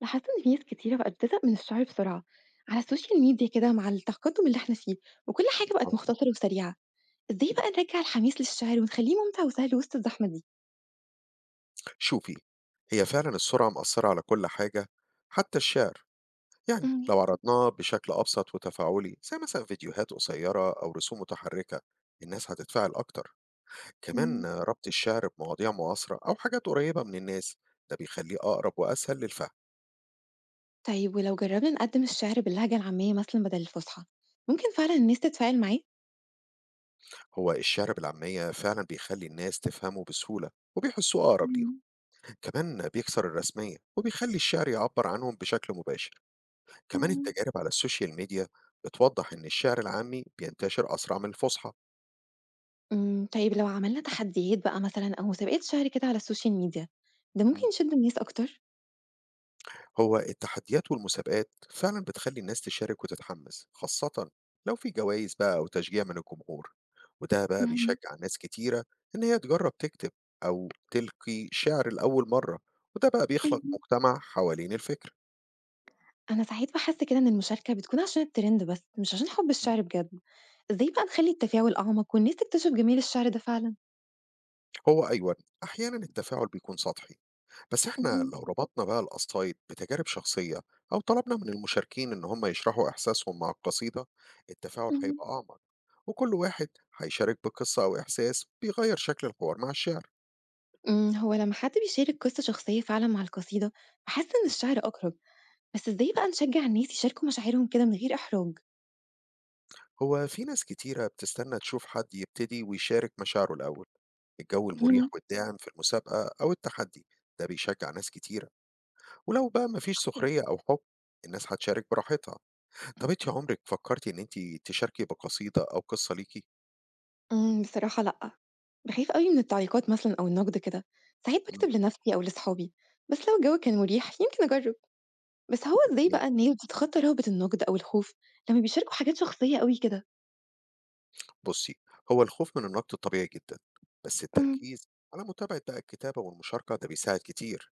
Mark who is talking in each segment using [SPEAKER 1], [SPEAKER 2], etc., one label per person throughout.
[SPEAKER 1] لاحظت إن في ناس كتيرة بقت بتزهق من الشعر بسرعة على السوشيال ميديا كده مع التقدم اللي احنا فيه وكل حاجة بقت
[SPEAKER 2] آه.
[SPEAKER 1] مختصرة وسريعة. ازاي بقى نرجع الحماس للشعر ونخليه ممتع وسهل وسط الزحمة دي؟
[SPEAKER 2] شوفي، هي فعلًا السرعة مأثّرة على كل حاجة حتى الشعر، يعني
[SPEAKER 1] مم.
[SPEAKER 2] لو عرضناه بشكل أبسط وتفاعلي زي مثلًا فيديوهات قصيّرة أو رسوم متحركة، الناس هتتفاعل أكتر، كمان
[SPEAKER 1] مم.
[SPEAKER 2] ربط الشعر بمواضيع معاصرة أو حاجات قريّبة من الناس، ده بيخلّيه أقرب وأسهل للفهم،
[SPEAKER 1] طيب ولو جربنا نقدم الشعر باللهجة العامية مثلا بدل الفصحى ممكن فعلا الناس تتفاعل معاه؟
[SPEAKER 2] هو الشعر بالعامية فعلًا بيخلّي الناس تفهمه بسهولة وبيحسّوه أقرب ليهم،
[SPEAKER 1] مم.
[SPEAKER 2] كمان بيكسر الرسمية وبيخلّي الشعر يعبّر عنهم بشكل مباشر. كمان
[SPEAKER 1] مم.
[SPEAKER 2] التجارب على السوشيال ميديا بتوضح إن الشعر العامي بينتشر أسرع من الفصحى.
[SPEAKER 1] طيب لو عملنا تحديات بقى مثلا أو مسابقات شعر كده على السوشيال ميديا ده ممكن
[SPEAKER 2] مم.
[SPEAKER 1] يشد الناس أكتر؟
[SPEAKER 2] هو التحديات والمسابقات فعلا بتخلي الناس تشارك وتتحمس، خاصة لو في جوائز بقى أو تشجيع من الجمهور، وده بقى
[SPEAKER 1] مم.
[SPEAKER 2] بيشجع ناس كتيرة إن هي تجرب تكتب أو تلقي شعر لأول مرة، وده بقى بيخلق
[SPEAKER 1] مم.
[SPEAKER 2] مجتمع حوالين الفكر.
[SPEAKER 1] أنا ساعات باحس كده إن المشاركة بتكون عشان الترند بس، مش عشان حب الشعر بجد. إزاي بقى نخلّي التفاعل أعمق والناس تكتشف جمال الشعر ده فعلًا؟
[SPEAKER 2] هو أيوة، أحيانا التفاعل بيكون سطحي، بس إحنا
[SPEAKER 1] اهم،
[SPEAKER 2] لو ربطنا بقى القصايد بتجارب شخصية أو طلبنا من المشاركين إن هم يشرحوا إحساسهم مع القصيدة التفاعل
[SPEAKER 1] اهم.
[SPEAKER 2] هيبقى أعمق، وكل واحد هيشارك بقصة أو إحساس بيغير شكل الحوار مع الشعر.
[SPEAKER 1] هو لمّا حد بيشارك قصة شخصية فعلًا مع القصيدة، باحس إن الشعر أقرب، بس إزاي بقى نشجع الناس يشاركوا مشاعرهم كده من غير إحراج؟
[SPEAKER 2] هو في ناس كتيرة بتستنى تشوف حد يبتدي ويشارك مشاعره الأول. الجو المريح
[SPEAKER 1] اهم،
[SPEAKER 2] والداعم في المسابقة أو التحدي ده بيشجع ناس كتيرة، ولو بقى مفيش
[SPEAKER 1] امم.
[SPEAKER 2] سخرية أو حب الناس هتشارك براحتها. طب انت عمرك فكرتي ان انت تشاركي بقصيدة او قصة ليكي؟
[SPEAKER 1] بصراحة لأ، باخاف أوي من التعليقات مثلًا أو النقد كده، ساعات باكتب لنفسي أو لصحابي، بس لو الجو كان مريح يمكن أجرب، بس هو إزاي
[SPEAKER 2] مم.
[SPEAKER 1] بقى الناس بتتخطى رهبة النقد أو الخوف لمّا بيشاركوا حاجات شخصية أوي كده؟
[SPEAKER 2] بصي، هو الخوف من النقد طبيعي جدا، بس
[SPEAKER 1] إمم،
[SPEAKER 2] التركيز على متابعة بقى الكتابة والمشاركة ده بيساعد كتير.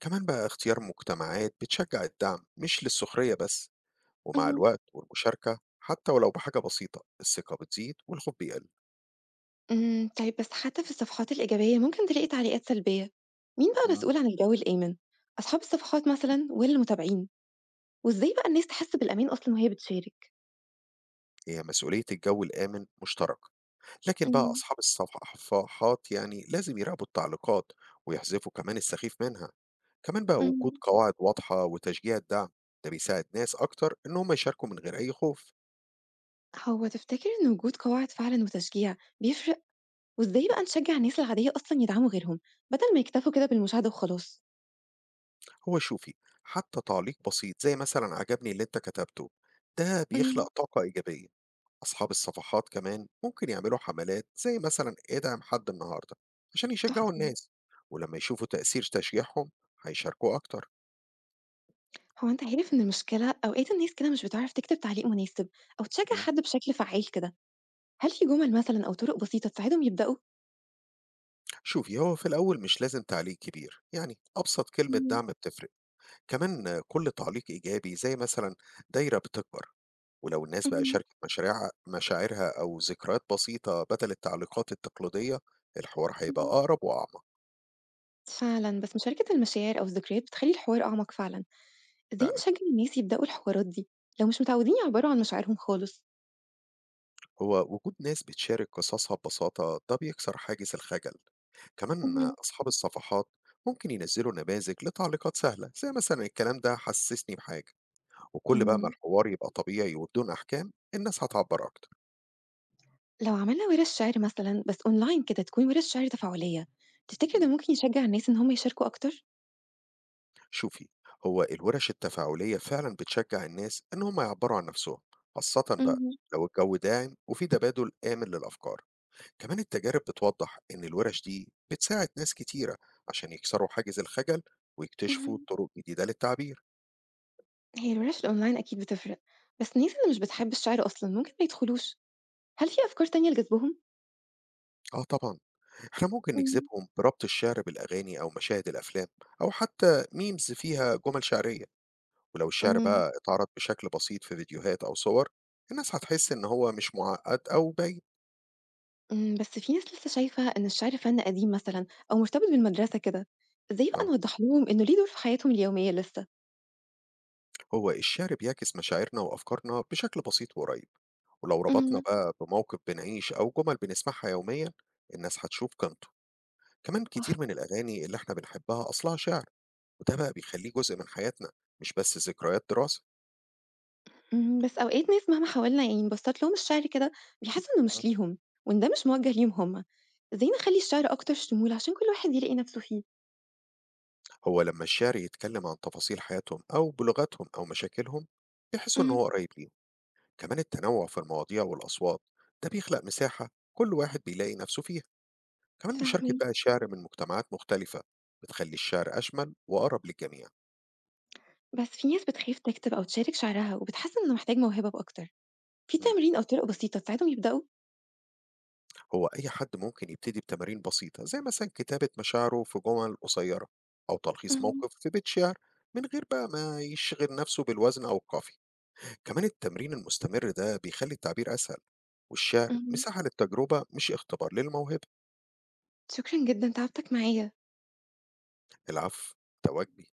[SPEAKER 2] كمان بقى اختيار مجتمعات بتشجع الدعم مش للسخرية بس، ومع
[SPEAKER 1] اهم.
[SPEAKER 2] الوقت والمشاركة حتى ولو بحاجة بسيطة الثقة بتزيد والخوف بيقل.
[SPEAKER 1] طيب بس حتى في الصفحات الإيجابية ممكن تلاقي تعليقات سلبية، مين بقى
[SPEAKER 2] مم.
[SPEAKER 1] مسؤول عن الجو الآمن؟ أصحاب الصفحات مثلًا والّا المتابعين؟ وإزاي بقى الناس تحس بالأمان أصلًا وهي بتشارك؟
[SPEAKER 2] هي مسؤولية الجو الآمن مشترك، لكن بقى
[SPEAKER 1] إمم،
[SPEAKER 2] أصحاب الصفحات يعني لازم يراقبوا التعليقات ويحذفوا كمان السخيف منها. كمان بقى وجود
[SPEAKER 1] إمم.
[SPEAKER 2] قواعد واضحة وتشجيع الدعم ده بيساعد ناس أكتر إن هم يشاركوا من غير أي خوف.
[SPEAKER 1] هو تفتكر إن وجود قواعد فعلًا وتشجيع بيفرق؟ وإزاي بقى نشجع الناس العادية أصلًا يدعموا غيرهم، بدل ما يكتفوا كده بالمشاهدة وخلاص؟
[SPEAKER 2] هو شوفي، حتى تعليق بسيط زي مثلا عجبني اللي انت كتبته ده
[SPEAKER 1] إمم،
[SPEAKER 2] بيخلق طاقة إيجابية. أصحاب الصفحات كمان ممكن يعملوا حملات زي مثلا ادعم حد النهاردة عشان يشجعوا
[SPEAKER 1] تحفة.
[SPEAKER 2] الناس، ولما يشوفوا تأثير تشجيعهم هيشاركوا أكتر.
[SPEAKER 1] هو أنت عارف إن المشكلة أوقات الناس كده مش بتعرف تكتب تعليق مناسب أو تشجع
[SPEAKER 2] مم.
[SPEAKER 1] حد بشكل فعّال كده، هل في جُمل مثلًا أو طرق بسيطة تساعدهم يبدأوا؟
[SPEAKER 2] شوفي، هو في الأول مش لازم تعليق كبير، يعني أبسط كلمة
[SPEAKER 1] إمم.
[SPEAKER 2] دعم بتفرق. كمان آه، كل تعليق إيجابي زي مثلا دايرة بتكبر، ولو الناس بقى
[SPEAKER 1] اهم،
[SPEAKER 2] شاركت مشاريع مشاعرها أو ذكريات بسيطة بدل التعليقات التقليدية الحوار هيبقى
[SPEAKER 1] اهم.
[SPEAKER 2] أقرب وأعمق.
[SPEAKER 1] فعلًا، بس مشاركة المشاعر أو الذكريات بتخلّي الحوار أعمق فعلًا، إزاي
[SPEAKER 2] فعلا،
[SPEAKER 1] نشجّع الناس يبدؤوا الحوارات دي لو مش متعودين يعبّروا عن مشاعرهم خالص؟
[SPEAKER 2] هو وجود ناس بتشارك قصصها ببساطة ده بيكسر حاجز الخجل. كمان
[SPEAKER 1] اهم،
[SPEAKER 2] أصحاب الصفحات ممكن ينزلوا نماذج لتعليقات سهلة زي مثلا الكلام ده حسسني بحاجة، وكل بقى ما
[SPEAKER 1] إمم،
[SPEAKER 2] الحوار يبقى طبيعي وبدون أحكام الناس هتعبر أكتر.
[SPEAKER 1] لو عملنا ورش شعر مثلًا بس أونلاين كده تكون ورش شعر تفاعلية، تفتكر ده ممكن يشجّع الناس إن هم يشاركوا أكتر؟
[SPEAKER 2] شوفي، هو الورش التفاعلية فعلا بتشجع الناس إن هم يعبروا عن نفسهم، خاصة بقى
[SPEAKER 1] اهم،
[SPEAKER 2] لو الجو داعم وفي تبادل آمن للأفكار. كمان التجارب بتوضح إن الورش دي بتساعد ناس كتيرة عشان يكسروا حاجز الخجل ويكتشفوا
[SPEAKER 1] اهم.
[SPEAKER 2] طرق جديدة للتعبير.
[SPEAKER 1] هي الورش الأونلاين أكيد بتفرق، بس الناس اللي مش بتحب الشعر أصلًا ممكن ما يدخلوش، هل في أفكار تانية لجذبهم؟
[SPEAKER 2] آه طبعا، إحنا ممكن
[SPEAKER 1] إمم،
[SPEAKER 2] نجذبهم بربط الشعر بالأغاني أو مشاهد الأفلام أو حتى ميمز فيها جمل شعرية. ولو الشعر
[SPEAKER 1] إمم.
[SPEAKER 2] بقى اتعرض بشكل بسيط في فيديوهات أو صور الناس هتحس إن هو مش معقد أو باين.
[SPEAKER 1] بس في ناس لسه شايفة إن الشعر فن قديم مثلًا أو مرتبط بالمدرسة كده، إزاي بقى نوضح لهم إنه ليه دور في حياتهم اليومية لسه؟
[SPEAKER 2] هو الشعر بيعكس مشاعرنا وأفكارنا بشكل بسيط وقريب، ولو ربطنا
[SPEAKER 1] إمم،
[SPEAKER 2] بقى بموقف بنعيش أو جمل بنسمعها يوميا الناس هتشوف قيمته. كمان
[SPEAKER 1] صح.
[SPEAKER 2] كتير من الأغاني اللي احنا بنحبها أصلها شعر، وده بقى بيخليه جزء من حياتنا، مش بس ذكريات دراسة.
[SPEAKER 1] بس أوقات ناس مهما حاولنا يعني نبسط لهم الشعر كده بيحسوا إنه
[SPEAKER 2] مم.
[SPEAKER 1] مش ليهم، وإن ده مش موجه ليهم هم، إزاي نخلي الشعر أكتر شمول عشان كل واحد يلاقي نفسه فيه؟
[SPEAKER 2] هو لما الشعر يتكلم عن تفاصيل حياتهم أو بلغتهم أو مشاكلهم بيحسوا إن
[SPEAKER 1] إمم،
[SPEAKER 2] هو قريب ليهم. كمان التنوع في المواضيع والأصوات ده بيخلق مساحة كل واحد بيلاقي نفسه فيها. كمان مشاركة
[SPEAKER 1] فاهماك.
[SPEAKER 2] بقى الشعر من مجتمعات مختلفة بتخلي الشعر أشمل وأقرب للجميع.
[SPEAKER 1] بس في ناس بتخاف تكتب أو تشارك شعرها وبتحس إنه محتاج موهبة أكتر، في
[SPEAKER 2] مم.
[SPEAKER 1] تمرين أو طرق بسيطة تساعدهم يبدأوا؟
[SPEAKER 2] هو أي حد ممكن يبتدي بتمارين بسيطة زي مثلا كتابة مشاعره في جمل قصيرة أو تلخيص
[SPEAKER 1] إمم.
[SPEAKER 2] موقف في بيت شعر، من غير بقى ما يشغل نفسه بالوزن أو القافية. كمان التمرين المستمر ده بيخلي التعبير أسهل، والشعر
[SPEAKER 1] اهم،
[SPEAKER 2] مساحة للتجربة مش اختبار للموهبة.
[SPEAKER 1] شكرًا جدًا تعبتك معايا.
[SPEAKER 2] العفو، ده واجبي.